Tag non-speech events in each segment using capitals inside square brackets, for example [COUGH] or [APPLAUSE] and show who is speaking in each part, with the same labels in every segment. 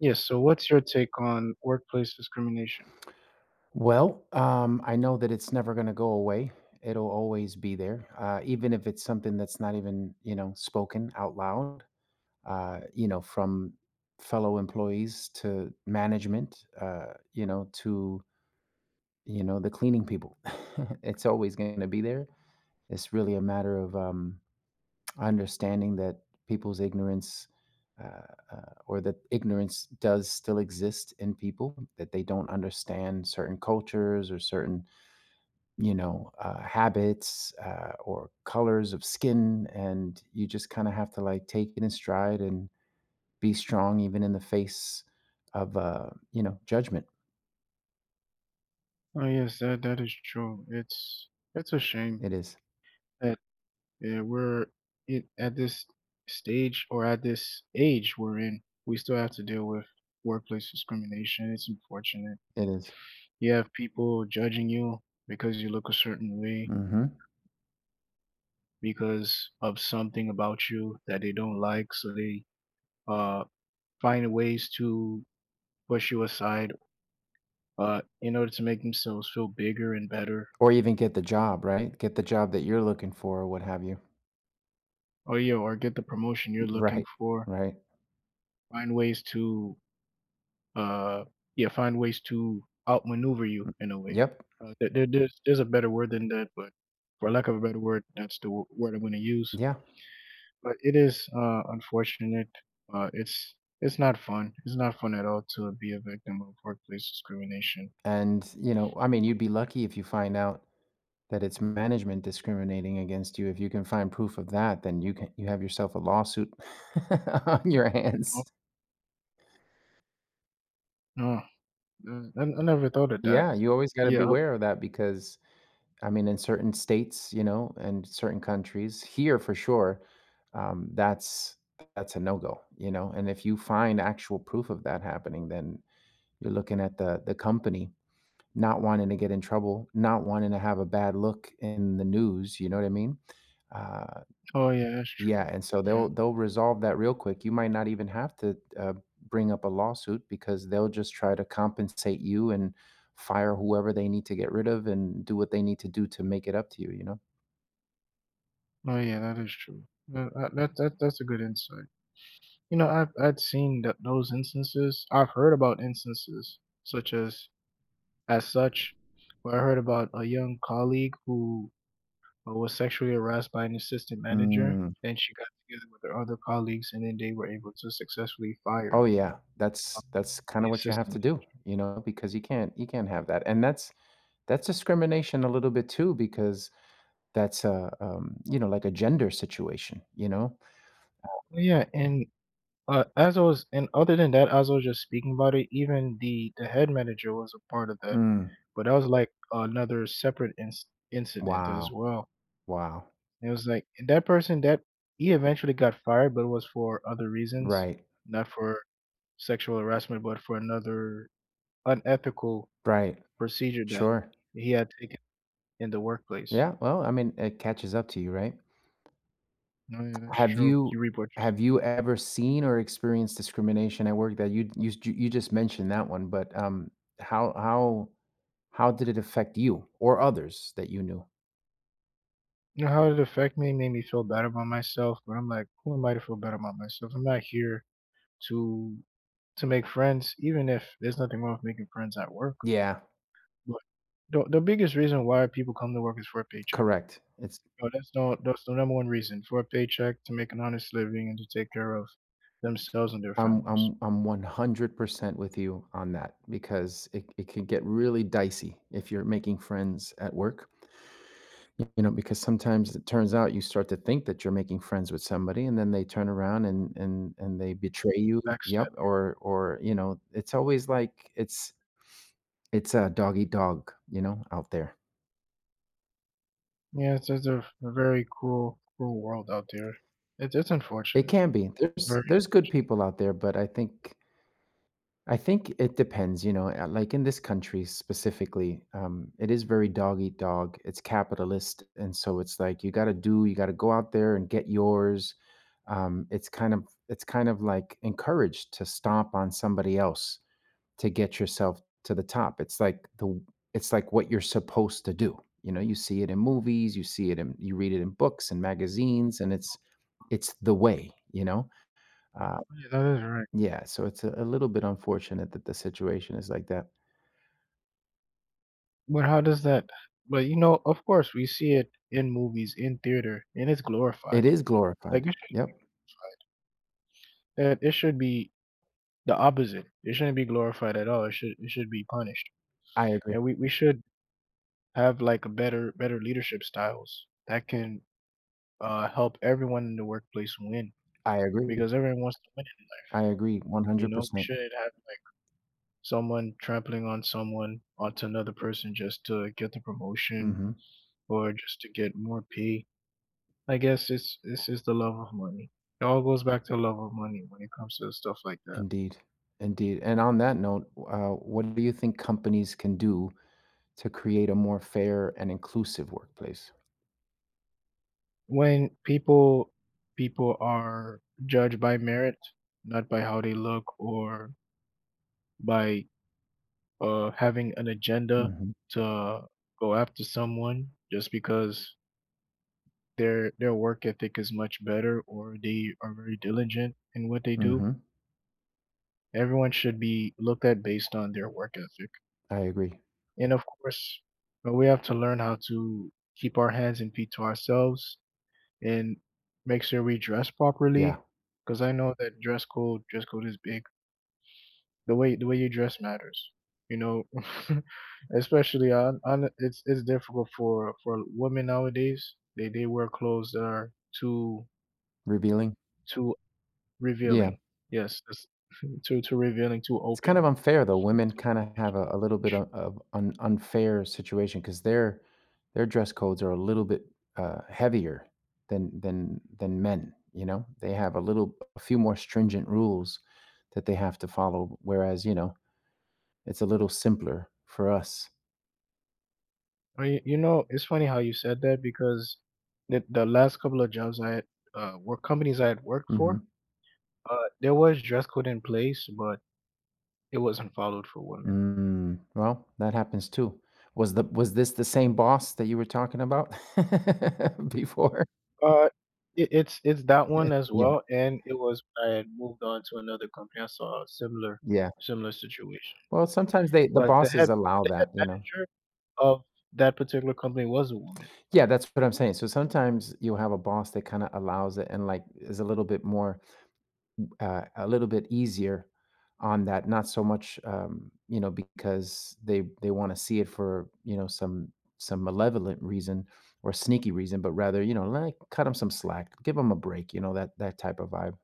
Speaker 1: Yes. So, what's your take on workplace discrimination?
Speaker 2: I know that it's never going to go away. It'll always be there, even if it's something that's not even spoken out loud. From fellow employees to management, to the cleaning people. [LAUGHS] It's always going to be there. It's really a matter of understanding that people's ignorance. Or that ignorance does still exist in people, that they don't understand certain cultures or certain habits or colors of skin, and you just kind of have to like take it in stride and be strong, even in the face of judgment.
Speaker 1: Oh yes, that is true. It's a shame
Speaker 2: It is,
Speaker 1: that, yeah, at this stage, or at this age we're in. We still have to deal with workplace discrimination. It's unfortunate.
Speaker 2: it is.
Speaker 1: You have people judging you because you look a certain way,
Speaker 2: Mm-hmm.
Speaker 1: because of something about you that they don't like, so they uh find ways to push you aside in order to make themselves feel bigger and better,
Speaker 2: Or even get the job, right? Get the job that you're looking for, or what have you.
Speaker 1: or yeah, or get the promotion you're looking
Speaker 2: Right,
Speaker 1: for.
Speaker 2: right.
Speaker 1: Find ways to uh yeah, find ways to outmaneuver you in a way.
Speaker 2: Yep,
Speaker 1: There's a better word than that, but for lack of a better word, that's the word I'm going to use.
Speaker 2: yeah.
Speaker 1: But it is unfortunate. Uh, it's it's not fun. It's not fun at all to be a victim of workplace discrimination.
Speaker 2: I mean, you'd be lucky if you find out that it's management discriminating against you. If you can find proof of that, then you have yourself a lawsuit [LAUGHS] on your
Speaker 1: Oh
Speaker 2: hands.
Speaker 1: no, I never thought of that.
Speaker 2: Yeah, you always got to
Speaker 1: Yeah. Oh,
Speaker 2: beware of that because, I mean, in certain states, you know, and certain countries, here for sure, um, that's that's a no go, you know. And if you find actual proof of that happening, then you're looking at the company not wanting to get in trouble, not wanting to have a bad look in the news. You know what I mean? Uh,
Speaker 1: oh yeah, that's true.
Speaker 2: yeah, and so
Speaker 1: Yeah.
Speaker 2: they'll resolve that real quick. You might not even have to, bring up a lawsuit because they'll just try to compensate you and fire whoever they need to get rid of and do what they need to do to make it up to you, you know?
Speaker 1: Oh yeah, that is true. That's a good insight. You know, I'd seen th those instances. I've heard about instances such as such, where I heard about a young colleague who was sexually harassed by an assistant manager,
Speaker 2: Mm.
Speaker 1: and she got together with her other colleagues, and then they were able to successfully fire
Speaker 2: Oh, yeah. That's
Speaker 1: the
Speaker 2: kinda what you have
Speaker 1: assistant
Speaker 2: to do, you know, because you can't have that, and that's discrimination a little bit too because that's a, you know, like a gender situation, you know?
Speaker 1: manager. Yeah, and and other than that, as I was just speaking about it, even the head manager was a part of that,
Speaker 2: Mm.
Speaker 1: but that was like another separate incident as
Speaker 2: Wow,
Speaker 1: well.
Speaker 2: wow.
Speaker 1: It was like that person that he eventually got fired, but it was for other reasons,
Speaker 2: Right,
Speaker 1: not for sexual harassment, but for another unethical
Speaker 2: right.
Speaker 1: procedure that
Speaker 2: Sure.
Speaker 1: he had taken in the workplace.
Speaker 2: Yeah, well, I mean, it catches up to you, right?
Speaker 1: No, yeah, that's
Speaker 2: Have
Speaker 1: true.
Speaker 2: you
Speaker 1: You reap what you s.
Speaker 2: have you ever seen or experienced discrimination at work that you just mentioned that one, but how how how did it affect you or others that you knew?
Speaker 1: You know how it affected me? It made me feel bad about myself, but I'm like, who am I to feel bad about myself? I'm not here to to make friends, even if there's nothing wrong with making friends at work.
Speaker 2: Yeah,
Speaker 1: But the biggest reason why people come to work is for a paycheck.
Speaker 2: correct. It's
Speaker 1: No, that's the number one reason, for a paycheck, to make an honest living, and to take care of themselves and their
Speaker 2: I'm
Speaker 1: families.
Speaker 2: I'm I'm 100% with you on that because it can get really dicey if you're making friends at work. You know, because sometimes it turns out you start to think that you're making friends with somebody and then they turn around and they betray you.
Speaker 1: That's it.
Speaker 2: Yep. You know, it's always like it's a dog eat dog, you know, out there.
Speaker 1: Yeah, it's just a very cruel, cruel world out there. It's
Speaker 2: It
Speaker 1: unfortunate.
Speaker 2: can be. There's
Speaker 1: Very.
Speaker 2: there's good people out there, but I think it depends, you know, like in this country specifically, it is very dog eat dog. It's capitalist. And so it's like you got to go out there and get yours. It's kind of like encouraged to stomp on somebody else to get yourself to the top. It's like what you're supposed to do. You know, you see it in movies, you read it in books and magazines, and it's the way, you know? uh,
Speaker 1: Yeah, that is right.
Speaker 2: yeah, so it's a little bit unfortunate that the situation is like that.
Speaker 1: But how does that But, of course, we see it in movies, in theater, and it's
Speaker 2: It
Speaker 1: glorified.
Speaker 2: is
Speaker 1: Like,
Speaker 2: glorified.
Speaker 1: it should
Speaker 2: Yep.
Speaker 1: that it should be the opposite. It shouldn't be glorified at all. It should be punished.
Speaker 2: I agree.
Speaker 1: And we should have, like, a better, better leadership styles that can help everyone in the workplace win
Speaker 2: I agree.
Speaker 1: because everyone wants to win in life.
Speaker 2: I agree
Speaker 1: You know, we
Speaker 2: 100%.
Speaker 1: shouldn't have, like, someone trampling on someone onto another person just to get the promotion
Speaker 2: Mhm.
Speaker 1: or just to get more pay. I guess it's this is the love of money. It all goes back to love of money when it comes to stuff like that.
Speaker 2: Indeed. Indeed. And on that note, what do you think companies can do to create a more fair and inclusive workplace?
Speaker 1: When people are judged by merit, not by how they look or by having an agenda
Speaker 2: Mhm.
Speaker 1: to go after someone just because their work ethic is much better or they are very diligent in what they do.
Speaker 2: Mhm.
Speaker 1: Everyone should be looked at based on their work ethic.
Speaker 2: I agree.
Speaker 1: And of course, we have to learn how to keep our hands and feet to ourselves and make sure we dress
Speaker 2: Yeah.
Speaker 1: properly because I know that dress code is big. The way you dress matters. You know, [LAUGHS] especially on it's difficult for women nowadays. They wear clothes that are too,
Speaker 2: Revealing?
Speaker 1: too
Speaker 2: Yeah.
Speaker 1: revealing. Yes, that's [LAUGHS] too, too revealing, too
Speaker 2: It's kind
Speaker 1: open.
Speaker 2: of unfair though. Women kinda have a little bit of an unfair situation because their dress codes are a little bit, heavier than men, you know? They have a few more stringent rules that they have to follow, whereas, you know, it's a little simpler for us.
Speaker 1: Oh, you know, it's funny how you said that because the last couple of jobs I had, were companies I had worked for.
Speaker 2: Mhm.
Speaker 1: There was dress code in place, but it wasn't followed for women.
Speaker 2: Mm, well, that happens too. Was this the same boss that you were talking about [LAUGHS] before?
Speaker 1: Uh, it's that one as
Speaker 2: Yeah,
Speaker 1: well, and it was when I had moved on to another company. I saw a similar
Speaker 2: yeah.
Speaker 1: similar situation,
Speaker 2: Well, sometimes the
Speaker 1: but the head
Speaker 2: bosses allow
Speaker 1: the head
Speaker 2: that, you know?
Speaker 1: manager of that particular company was a woman.
Speaker 2: Yeah, that's what I'm saying. So sometimes you have a boss that kind of allows it and like is a little bit more, a little bit easier on that. Not so much, you know, because they want to see it for some malevolent reason or sneaky reason, but rather like cut them some slack, give them a break, you know that that type of vibe.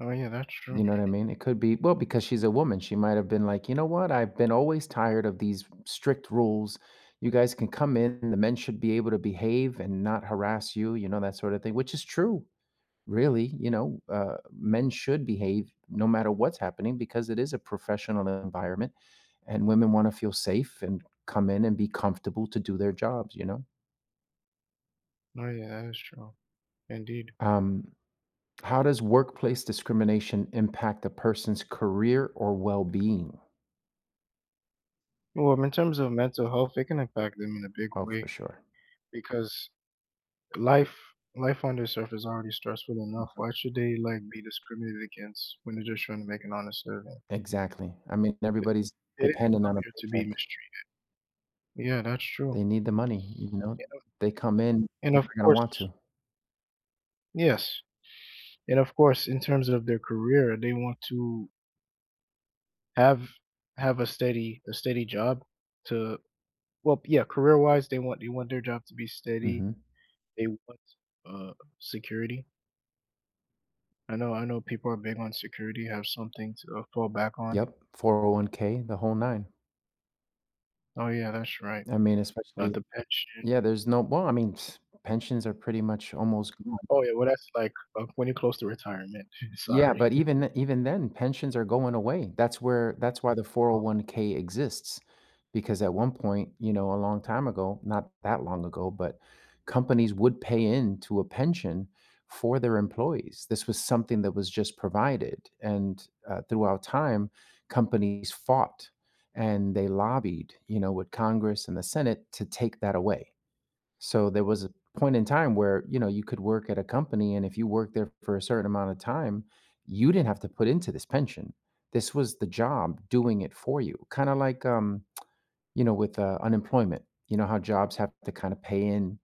Speaker 1: Oh yeah, that's true.
Speaker 2: You know what I mean? It could be well, because she's a woman, she might have been like, "You know what? I've been always tired of these strict rules. You guys can come in, the men should be able to behave and not harass you," you know, that sort of thing, which is true, really, you know, men should behave no matter what's happening because it is a professional environment, and women wanna feel safe and come in and be comfortable to do their jobs, you know?
Speaker 1: Oh yeah, that is true. Indeed.
Speaker 2: Um, how does workplace discrimination impact a person's career or well-being?
Speaker 1: Well, in terms of mental health, it can impact them in a big
Speaker 2: Oh, for
Speaker 1: way
Speaker 2: sure.
Speaker 1: because life life on this earth is already stressful enough. Why should they, like, be discriminated against when they're just trying to make an honest living?
Speaker 2: Exactly. I mean,
Speaker 1: They
Speaker 2: everybody's
Speaker 1: they didn't
Speaker 2: dependent
Speaker 1: come
Speaker 2: on a
Speaker 1: here to be
Speaker 2: paycheck.
Speaker 1: mistreated. Yeah, that's true.
Speaker 2: They need the money, you know? They come in,
Speaker 1: And
Speaker 2: they're
Speaker 1: of
Speaker 2: not gonna want
Speaker 1: course,
Speaker 2: to.
Speaker 1: yes. And of course, in terms of their career, they want to have have a steady job to well, yeah, career wise, they want their job to be steady.
Speaker 2: Mhm.
Speaker 1: They want uh security. I know people are big on security, have something to, fall back on.
Speaker 2: Yep, 401k, the whole 9.
Speaker 1: Oh, yeah, that's right.
Speaker 2: I mean, especially
Speaker 1: The pension.
Speaker 2: yeah, there's no well, I mean, [SNIFFS] pensions are pretty much almost gone.
Speaker 1: Oh, yeah, well, that's like, when you're close to retirement. [LAUGHS]
Speaker 2: Yeah,
Speaker 1: Sorry.
Speaker 2: but even even then, pensions are going away. That's why the
Speaker 1: Oh
Speaker 2: 401k exists because at one point, you know, a long time ago, not that long ago, but companies would pay into a pension for their employees. This was something that was just provided. And throughout time, companies fought and they lobbied, you know, with Congress and the Senate to take that away. So there was a point in time where, you know, you could work at a company and if you worked there for a certain amount of time, you didn't have to put into this pension. This was the job doing it for you. Kind of like you know, with, unemployment, you know, how jobs have to kind of pay in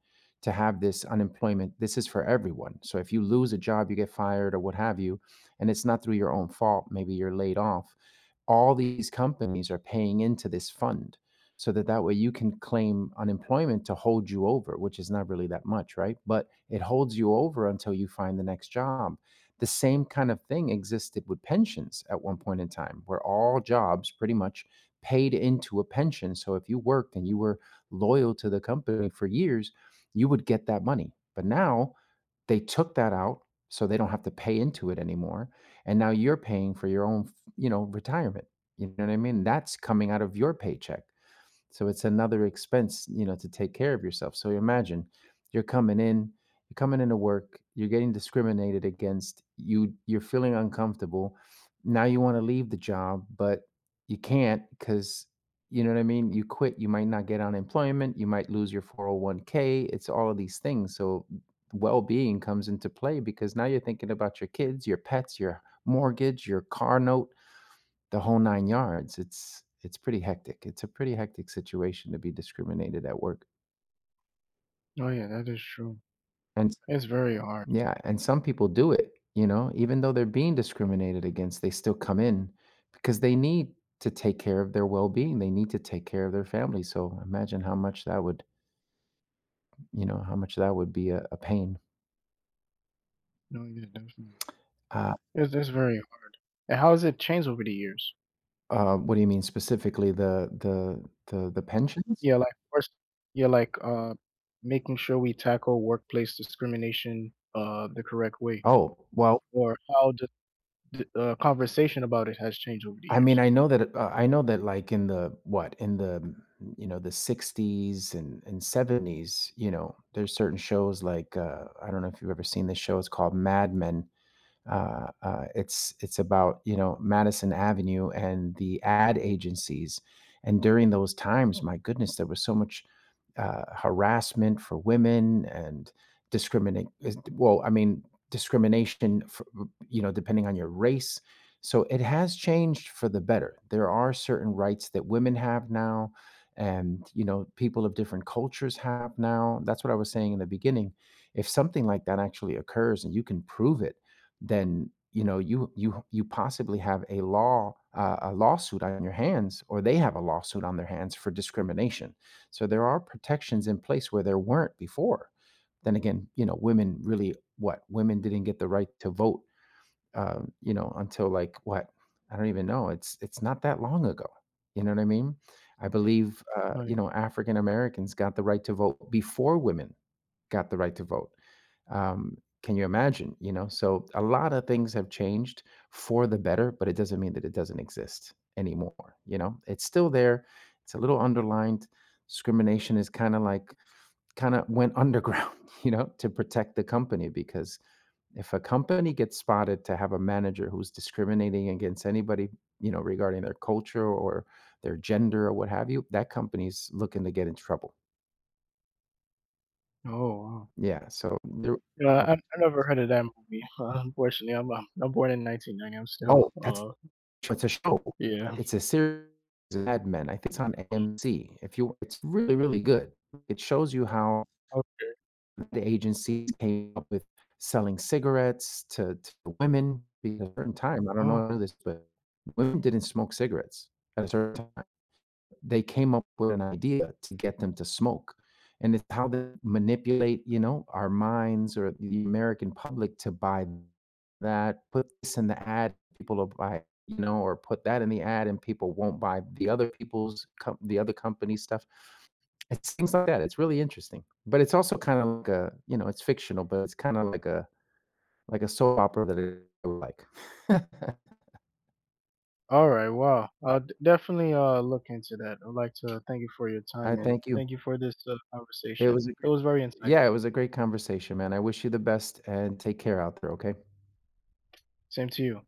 Speaker 2: to have this unemployment. This is for everyone. So if you lose a job, you get fired or what have you, and it's not through your own fault, maybe you're laid off. All these companies are paying into this fund so that that way you can claim unemployment to hold you over, which is not really that much, right? But it holds you over until you find the next job. The same kind of thing existed with pensions at one point in time, where all jobs pretty much paid into a pension. So if you worked and you were loyal to the company for years, you would get that money. But now they took that out so they don't have to pay into it anymore. And now you're paying for your own, you know, retirement. You know what I mean? That's coming out of your paycheck. So it's another expense, you know, to take care of yourself. So imagine you're coming in, you're coming into work, you're getting discriminated against, you're feeling uncomfortable. Now you want to leave the job, but you can't because you know what I mean? You quit, you might not get unemployment, you might lose your 401k. It's all of these things. So well-being comes into play because now you're thinking about your kids, your pets, your mortgage, your car note, the whole nine yards. It's pretty hectic. It's a pretty hectic situation to be discriminated at work.
Speaker 1: oh, yeah, that is true.
Speaker 2: And s-
Speaker 1: It's very hard.
Speaker 2: yeah, and some people do it, you know, even though they're being discriminated against, they still come in because they need to take care of their well-being. They need to take care of their family. So imagine how much that would, you know, how much that would be a pain.
Speaker 1: No, yeah, definitely.
Speaker 2: Uh,
Speaker 1: It's very hard. And how has it changed over the years?
Speaker 2: what do you mean specifically the pensions?
Speaker 1: Yeah, like, first yeah, like, making sure we tackle workplace discrimination, the correct way,
Speaker 2: Oh, well,
Speaker 1: or how the conversation about it has changed over the years.
Speaker 2: I know that like in the what in the you know the 60s and 70s, you know, there's certain shows like I don't know if you've ever seen this show. It's called Mad Men, it's about Madison Avenue and the ad agencies, and during those times, my goodness, there was so much harassment for women and discriminate. Well, I mean discrimination, for, you know, depending on your race. So it has changed for the better. There are certain rights that women have now, and you know, people of different cultures have now. That's what I was saying in the beginning. If something like that actually occurs and you can prove it, then you possibly have a lawsuit on your hands, or they have a lawsuit on their hands for discrimination. So there are protections in place where there weren't before. Then again, you know, women really what women didn't get the right to vote, you know, until like what, I don't even know. It's not that long ago, you know what I mean? I believe,
Speaker 1: Right.
Speaker 2: you know, African Americans got the right to vote before women got the right to vote. Um, can you imagine? You know, so a lot of things have changed for the better, but it doesn't mean that it doesn't exist anymore. You know, it's still there. It's a little underlined. Discrimination is kind of went underground, [LAUGHS] you know, to protect the company because if a company gets spotted to have a manager who's discriminating against anybody, you know, regarding their culture or their gender or what have you, that company's looking to get in trouble.
Speaker 1: Oh, wow.
Speaker 2: Yeah, so there
Speaker 1: Yeah, I never heard of that movie, [LAUGHS] unfortunately, I'm born in 1990, I'm still,
Speaker 2: Oh, that's It's a show.
Speaker 1: yeah.
Speaker 2: It's a series of Mad Men. I think it's on AMC. If you, it's really really good. It shows you how
Speaker 1: Oh
Speaker 2: the agencies came up with selling cigarettes to women because at a certain time. I don't
Speaker 1: oh,
Speaker 2: know this, but women didn't smoke cigarettes at a certain time, they came up with an idea to get them to smoke. And it's how they manipulate, you know, our minds or the American public to buy that, put this in the ad, people will buy, you know, or put that in the ad and people won't buy the other company's stuff. It's things like that. It's really interesting, but it's also you know, it's fictional, but it's kind of like a soap opera that I like. [LAUGHS]
Speaker 1: alright, wow. I'll d definitely, look into that. I'd like to thank you for your time,
Speaker 2: I
Speaker 1: and
Speaker 2: thank you.
Speaker 1: thank you for this,
Speaker 2: It
Speaker 1: conversation.
Speaker 2: was
Speaker 1: It was very insightful.
Speaker 2: Yeah, it was a great conversation, man. I wish you the best and take care out there, okay?
Speaker 1: Same to you.